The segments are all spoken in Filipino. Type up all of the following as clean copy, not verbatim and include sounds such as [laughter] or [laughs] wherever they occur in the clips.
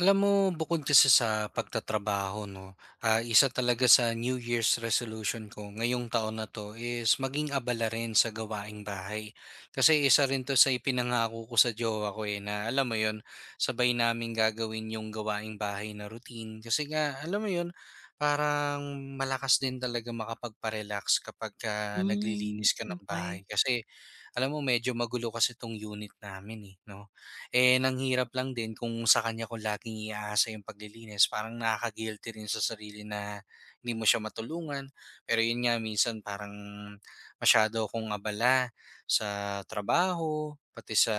Alam mo, bukod kasi sa pagtatrabaho, no, isa talaga sa New Year's resolution ko ngayong taon na to is maging abala rin sa gawaing bahay. Kasi isa rin to sa ipinangako ko sa jowa ko eh, na alam mo yon sabay namin gagawin yung gawaing bahay na routine. Kasi nga, alam mo yon parang malakas din talaga makapagparelax kapag Hmm, naglilinis ka ng okey. bahay. Kasi alam mo, medyo magulo kasi tong unit namin eh, no? Eh, nanghirap lang din kung sa kanya ko laging iaasa yung paglilinis parang nakaka-guilty rin sa sarili na hindi mo siya matulungan. Pero yun nga minsan parang masyado akong abala sa trabaho, pati sa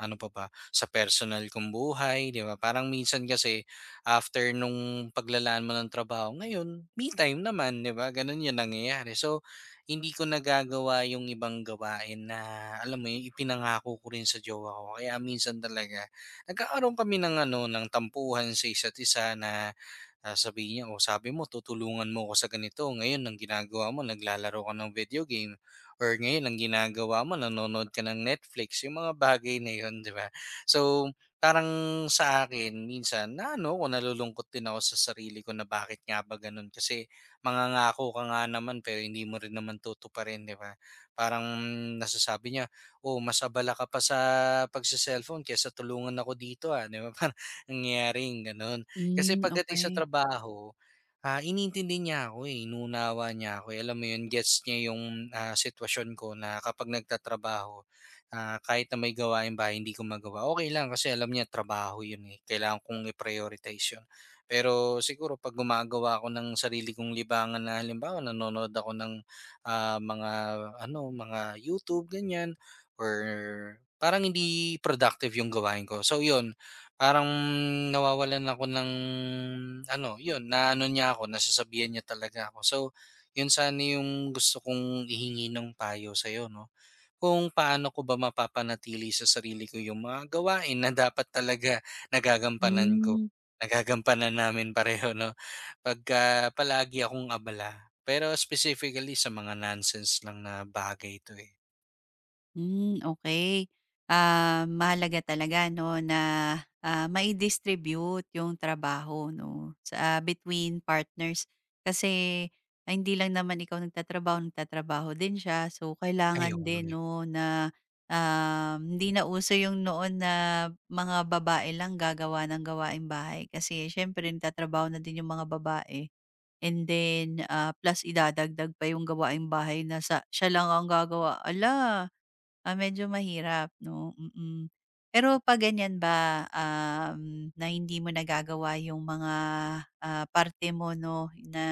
ano pa ba, sa personal kong buhay, 'di ba? Parang minsan kasi after nung paglalaan mo ng trabaho, ngayon me time naman, 'di ba? Ganun yung nangyayari. So, hindi ko nagagawa yung ibang gawain na alam mo yun, ipinangako ko rin sa jowa ko. Kaya minsan talaga nagkakaroon kami ng ano ng tampuhan sa isa't isa na sasabihin niya, o sabi mo tutulungan mo ako sa ganito, ngayon ang ginagawa mo naglalaro ka ng video game or ngayon ang ginagawa mo nanonood ka ng Netflix." Yung mga bagay na 'yun, 'di ba? So, parang sa akin minsan na ano, ko nalulungkot din ako sa sarili ko na bakit nga ba gano'n kasi mangangako ka nga naman pero hindi mo rin naman tutuparin, 'di ba? Parang nasasabi niya, "Oh, mas abala ka pa sa pagsa cellphone kaysa tulungan ako dito, ah." 'Di ba? [laughs] Parang nangyayaring gano'n. Kasi Hmm, pagdating sa okey. trabaho, iniintindi niya ako, eh, inuunawa niya ako, eh. Alam mo 'yun, gets niya yung, sitwasyon ko na kapag nagtatrabaho, kahit na may gawain ba hindi ko magawa, okay lang kasi alam niya trabaho 'yun, eh, kailangan kong i-prioritize 'yun. Pero siguro 'pag gumagawa ako ng sarili kong libangan na halimbawa nanonood ako ng, mga ano, mga YouTube, ganyan, or parang hindi productive yung gawain ko. So 'yun, parang nawawalan ako ng ano, 'yun naano niya ako, nasasabihan niya talaga ako. So, 'yun sana yung gusto kong ihingi ng payo sa'yo 'no, kung paano ko ba mapapanatili sa sarili ko yung mga gawain na dapat talaga [laughs] nagagampanan ko, Hmm, nagagampanan namin pareho 'no, pagka palagi akong abala. Pero specifically sa mga nonsense lang na bagay 'to, eh. hmm, okay. Mahalaga talaga 'no na, mai-distribute yung trabaho 'no, sa between partners. Kasi ay hindi lang naman ikaw nagtatrabaho, nagtatrabaho din siya. So, kailangan Ayun. din 'no na, hindi na uso yung noon na mga babae lang gagawa ng gawaing bahay kasi siyempre nagtatrabaho na din yung mga babae. And then, plus idadagdag pa yung gawaing bahay na sa siya lang ang gagawa, Ala. Medyo mahirap 'no, mm. Pero 'pag ganyan ba, na hindi mo nagagawa yung mga, parte mo 'no, na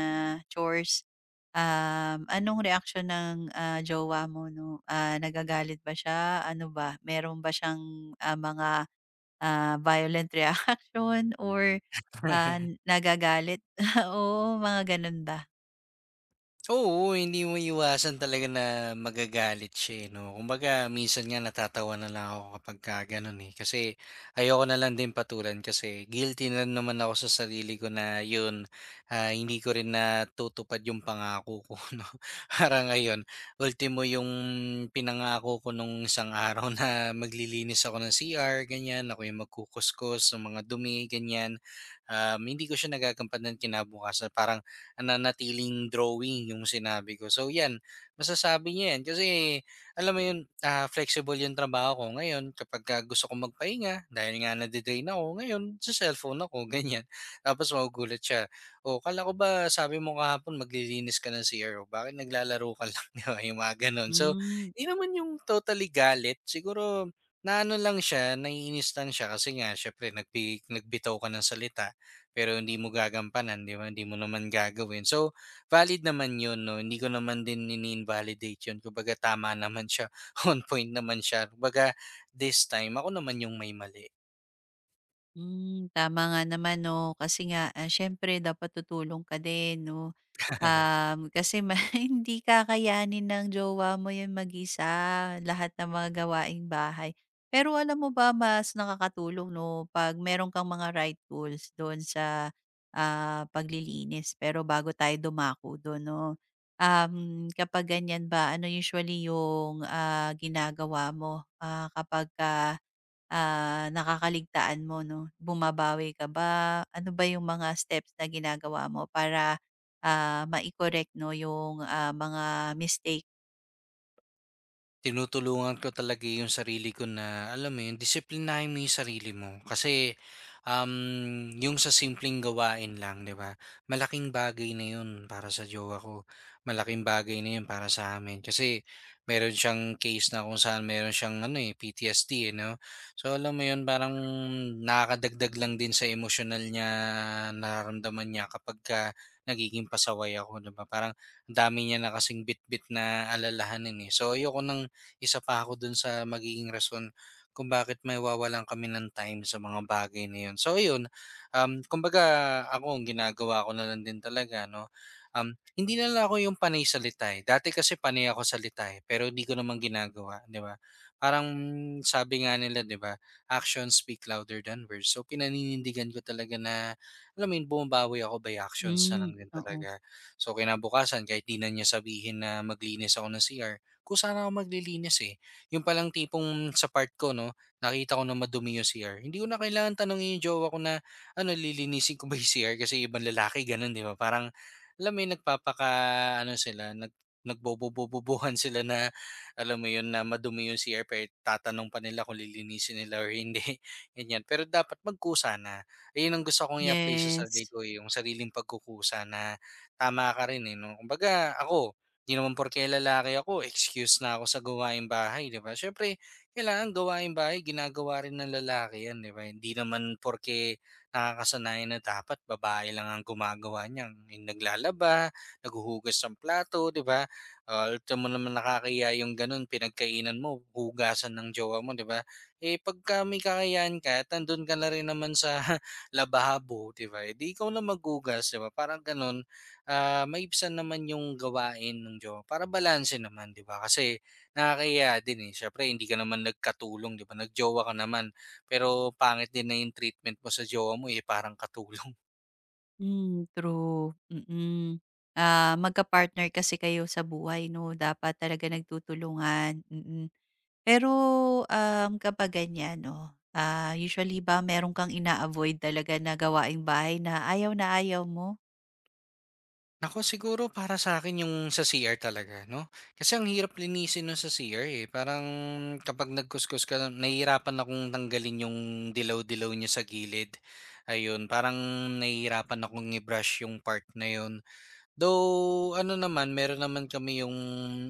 chores, anong reaksyon ng, jowa mo 'no? Nagagalit ba siya? Ano ba, meron ba siyang, mga, violent [laughs] reaction or, ah, [laughs] nagagalit? [laughs] Oo, mga gano'n ba? Oo, hindi mo maiiwasan talaga na magagalit siya, eh, 'no. Kumbaga minsan nga natatawa na lang ako kapagka gano'n, eh, kasi ayoko na lang din patulan kasi guilty na naman ako sa sarili ko na 'yun, hindi ko rin natutupad yung pangako ko [laughs] 'no. Parang ngayon, ultimo yung pinangako ko nung isang araw na maglilinis ako ng CR, ganyan ako yung magkukuskus ng mga dumi, ganyan, hindi ko siya nagagampanan kinabukasan. Parang nanatiling drawing yung sinabi ko. So yan, masasabi niya yan. Kasi alam mo yun, flexible yung trabaho ko ngayon. Kapag gusto ko magpahinga, dahil nga nadidrain ako, ngayon sa cellphone ako, [laughs] ganyan. Tapos magugulat siya. O, kala ko ba sabi mo kahapon maglilinis ka ng CRO? Bakit naglalaro ka lang? [laughs] Di ba? Yung mga ganun. So, Hmm. di naman yung totally galit. Siguro, naano lang siya, naiinis lang siya kasi nga, syempre, nagbitaw ka ng salita. Pero hindi mo gagampanan, 'di ba? Hindi mo naman gagawin. So, valid naman 'yun 'no, hindi ko naman din ini-invalidate 'yun. Kumbaga tama naman siya, [laughs] on point naman siya. Kumbaga this time ako naman yung may mali. Hmm, tama nga naman 'no, kasi nga, siyempre dapat tutulong ka din 'no. [laughs] Kasi [laughs] hindi kakayanin ng jowa mo 'yun mag-isa, lahat ng mga gawaing bahay. Pero alam mo ba mas nakakatulong 'no, 'pag meron kang mga right tools do'n sa, paglilinis. Pero bago tayo dumako do'n 'no, kapag ganiyan ba, ano usually 'yung, ginagawa mo, kapag nakakaligtaan mo 'no? Bumabawi ka ba? Ano ba yung mga steps na ginagawa mo para, mai-correct 'no yung, mga mistake? Tinutulungan ko talaga yung sarili ko na, alam mo yun, disiplinahin mo yung sarili mo. Kasi, yung sa simpleng gawain lang, di ba? Malaking bagay na yun para sa jowa ko. Malaking bagay na yun para sa amin. Kasi, meron siyang case na kung saan meron siyang, ano eh, PTSD, eh, no? So, alam mo yun, parang nakakadagdag lang din sa emotional niya, nararamdaman niya kapag ka nagiging pasaway ako, di ba? Parang, ang dami niya na kasing bit-bit na alalahanin eh. So ayoko nang isa pa ako dun sa magiging rason kung bakit may mawawalan kami ng time sa mga bagay na yun. So ayun, kumbaga ako ang ginagawa ko na lang din talaga, no? Hindi na lang ako yung panay sa litay. Dati kasi panay ako sa litay, pero hindi ko naman ginagawa, di ba? Parang sabi nga nila, di ba, actions speak louder than words. So pinaninindigan ko talaga na, alam mo yun, bumabawi ako by actions na Hmm, lang din oo. talaga. So kinabukasan, kahit di na niya sabihin na maglinis ako ng CR, kung saan ako maglilinis eh. Yung palang tipong sa part ko 'no, nakita ko na madumi yung CR. Hindi ko na kailangan tanongin yung jowa ko na, "Ano lilinisin ko ba yung CR?" Kasi ibang lalaki gano'n 'di ba? Parang alam mo yun nagpapaka-ano sila, nagbobobobobohan [laughs] sila na alam mo yun, na madumi yung CR pero tatanong pa nila kung lilinisin nila or hindi, [laughs] ganyan. Pero dapat magkusa na. Ayun ang gusto kong i-apply sa sarili Yes. ko eh, yung sariling pagkukusa na tama ka rin eh 'no. Kumbaga ako hindi naman porke lalaki ako, excuse na ako sa gawaing bahay, 'di ba? Siyempre kailangan gawaing bahay ginagawa rin ng lalaki 'yan, 'di ba? Hindi naman porke nakakasanayan na dapat babae lang ang gumagawa niyan, yung naglalaba, naghuhugas ng plato, 'di ba? Ah, alam mo naman nakakaya yung gano'n, pinagkainan mo, hugasan ng jowa mo, 'di ba? Eh, pagka may kakayahan ka at nandun ka na rin naman sa [laughs] lababo, 'di ba, eh, di ikaw na maghugas, 'di ba? Parang gano'n maibsan naman yung gawain ng jowa para balanse naman, 'di ba? Kasi nakakahiya din, eh, siyempre hindi ka naman nagkatulong, 'di ba? Nagjowa ka naman, pero pangit din na yung treatment mo sa jowa mo, eh, parang katulong. [laughs] Hmm, true. Mm. Magka-partner kasi kayo sa buhay 'no? Dapat talaga nagtutulungan, mm. Pero, kapag ganyan 'no, usually ba meron kang ina-avoid talaga na gawaing bahay na ayaw mo? Naku, siguro para sa akin yung sa CR talaga, 'no? Kasi ang hirap linisin nun sa CR, eh, parang kapag nagkuskus ka nahihirapan akong tanggalin yung dilaw-dilaw niya sa gilid, ayun. Parang nahihirapan akong i-brush yung part na yun. Though ano naman, meron naman kami yung,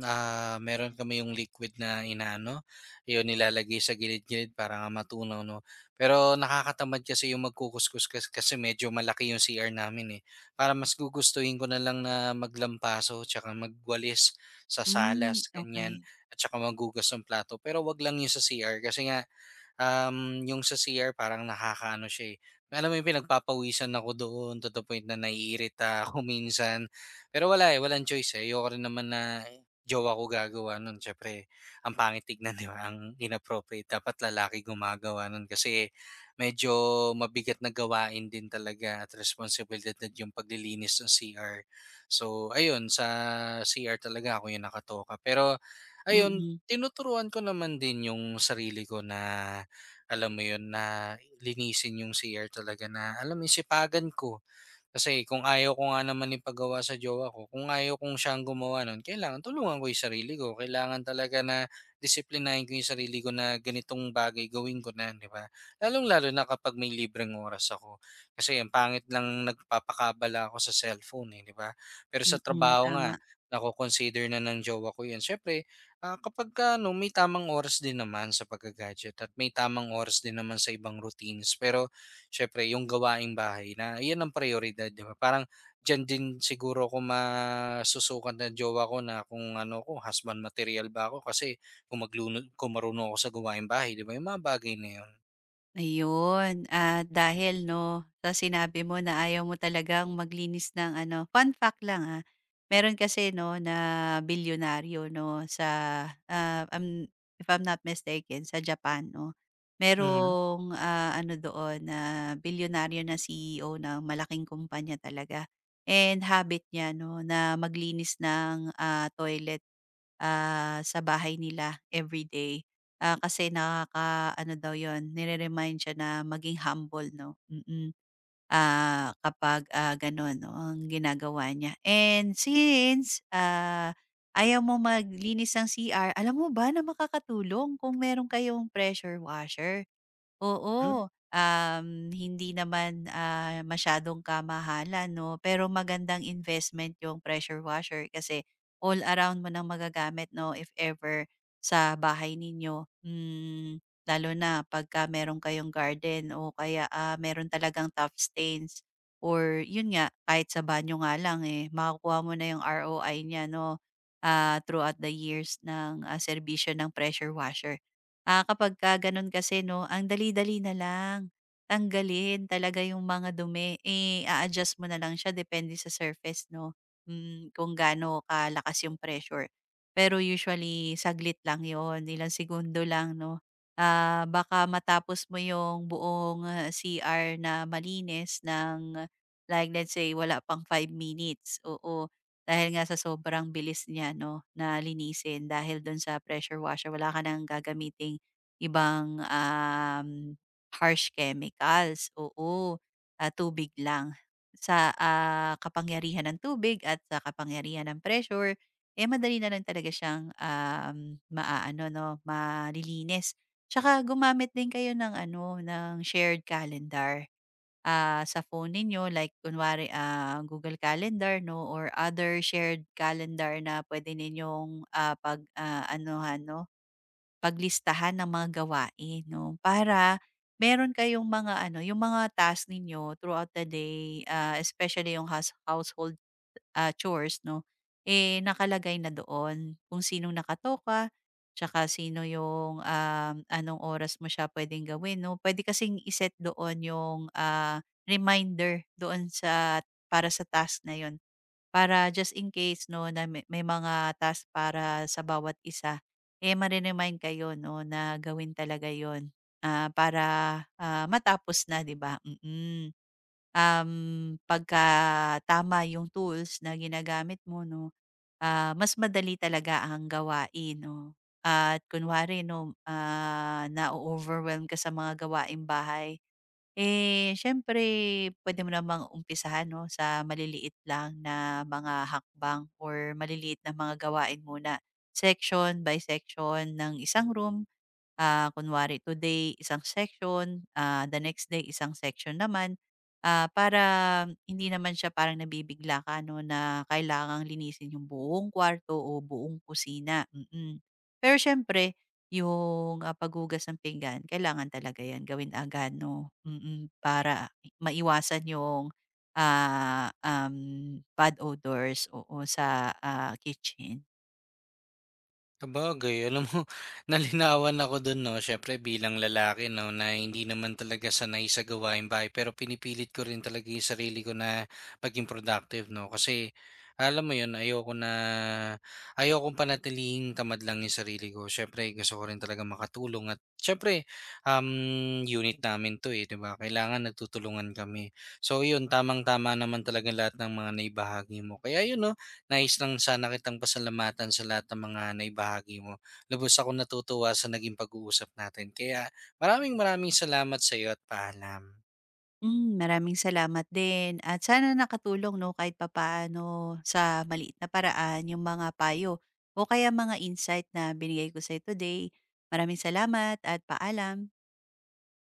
meron kami yung liquid na inaano, yun nilalagay sa gilid-gilid para nga matunaw 'no. Pero nakakatamad kasi yung magkukuskus kasi medyo malaki yung CR namin, eh. Para mas gugustuhin ko na lang na maglampaso tsaka magwalis sa Hmm, salas, ganyan, okay. at tsaka maghugas ng plato. Pero 'wag lang yung sa CR kasi nga um, yung sa CR parang nakakaano siya, eh, alam mo yung pinagpapawisan ako doon to the point na naiirita ako [laughs] minsan. Pero wala, eh, walang choice, eh, ayoko rin naman na jowa ko gagawa nun siyempre ang pangit tignan, 'di ba, ang inappropriate. Dapat lalaki gumagawa nun kasi medyo mabigat na gawain din talaga at responsibilidad na yung paglilinis ng CR. So ayun, sa CR talaga ako yung nakatoka. Pero ayun, Mm, tinuturuan ko naman din yung sarili ko na alam mo yun, na linisin yung CR talaga na alam mo yun, sipagan ko. Kasi kung ayaw ko nga naman ipagawa sa jowa ko, kung ayaw kong siyang gumawa nun, kailangan tulungan ko yung sarili ko. Kailangan talaga na disiplinahin ko yung sarili ko na ganitong bagay gawin ko na, di ba? Lalong-lalo na kapag may libreng oras ako. Kasi ang pangit lang nagpapakabala ako sa cellphone, eh, di ba? Pero sa mm, trabaho nga, tama. nako-consider na ng jowa ko yun. Siyempre, kapag ka, ano, may tamang oras din naman sa pagka-gadget at may tamang oras din naman sa ibang routines. Pero siyempre yung gawaing bahay na iyan ang prioridad 'di ba? Parang diyan din siguro ako masusukat ng jowa ko na kung ano ko husband material ba ako kasi kung magluno kung marunong ako sa gawaing bahay, 'di ba? Yung mga bagay na yun. Ayun, dahil 'no, sa sinabi mo na ayaw mo talagang maglinis ng ano fun fact lang, meron kasi 'no, na bilyonaryo 'no, sa, ah, um, if I'm not mistaken sa Japan 'no. Mhm. Merong, ano doon na bilyonaryo na CEO ng malaking kumpanya talaga and habit niya 'no, na maglinis ng, toilet. Sa bahay nila everyday. Kasi nakakaano daw 'yun, nire-remind siya na maging humble 'no, mm. Kapag, gano'n 'no ang ginagawa niya. And since, ayaw mo maglinis ng CR, alam mo ba na makakatulong kung meron kayong pressure washer. Oo, hindi naman, masyadong kamahalan 'no, pero magandang investment yung pressure washer kasi all around mo ng magagamit 'no if ever sa bahay ninyo. Hmm, lalo na pagka meron kayong garden o kaya, meron talagang tough stains or yun nga, kahit sa banyo nga lang, eh, makukuha mo na yung ROI niya 'no, throughout the years ng, serbisyo ng pressure washer. Kapagka gano'n kasi 'no, ang dali-dali na lang, tanggalin talaga yung mga dumi. Eh, a-adjust mo na lang siya depende sa surface 'no, kung gaano kalakas yung pressure. Pero usually saglit lang 'yon, ilang segundo lang 'no. Baka matapos mo yung buong, CR na malinis ng like let's say wala pang 5 minutes, oo. Dahil nga sa sobrang bilis niya 'no na linisin dahil do'n sa pressure washer, wala ka ng gagamiting ibang, harsh chemicals, oo, tubig lang. Sa, kapangyarihan ng tubig at sa kapangyarihan ng pressure, eh, madali na lang talaga siyang, maaano 'no, malilinis. Tsaka gumamit din kayo ng ano, ng shared calendar, sa phone ninyo like kunwari, Google Calendar 'no or other shared calendar na pwede ninyong, pag ano 'no paglistahan ng mga gawain 'no, para meron kayong mga ano, yung mga task ninyo throughout the day, especially yung house household, chores 'no, eh, nakalagay na doon kung sinong nakatoka, tsaka sino yung, anong oras mo siya puwedeng gawin 'no. Puwede kasing i-set doon yung, reminder doon sa para sa task na yun. Para just in case 'no, na may mga task para sa bawat isa, eh, mare-remind kayo 'no, na gawin talaga yon para, matapos na, 'di ba? Mm. Pagka tama yung tools na ginagamit mo 'no, mas madali talaga ang gawain 'no. At kunwari 'no, na overwhelm ka sa mga gawaing bahay eh, siyempre pwede mo namang umpisahan 'no, sa maliliit lang na mga hakbang or maliliit na mga gawain muna, section by section ng isang room. Kunwari today isang section, the next day isang section naman. Para hindi naman siya parang nabibigla ka 'no na kailangang linisin yung buong kwarto o buong kusina, mm. Pero siyempre yung, paghugas ng pinggan kailangan talaga 'yan gawin agad 'no, para maiwasan yung, ah, um, bad odors, oo, sa, kitchen. Sabagay, alam mo [laughs] nalinawan ako dun 'no, siyempre bilang lalaki 'no, na hindi naman talaga sanay sa gawain bahay pero pinipilit ko rin talaga yung sarili ko na maging productive 'no, kasi alam mo yun ayokong panatilihing tamad lang yung sarili ko. Siyempre gusto ko rin talaga makatulong at siyempre, um, unit namin 'to, eh, 'di ba, kailangan nagtutulungan kami. So yun, tamang-tama naman talaga lahat ng mga naibahagi mo. Kaya yun 'no nais lang sana kitang pasalamatan sa lahat ng mga naibahagi mo. Lubos akong natutuwa sa naging pag-uusap natin. Kaya maraming maraming salamat sa iyo at paalam. Hmm, maraming salamat din at sana nakatulong 'no, kahit papaano sa maliit na paraan yung mga payo o kaya mga insight na binigay ko sa today. Maraming salamat at paalam.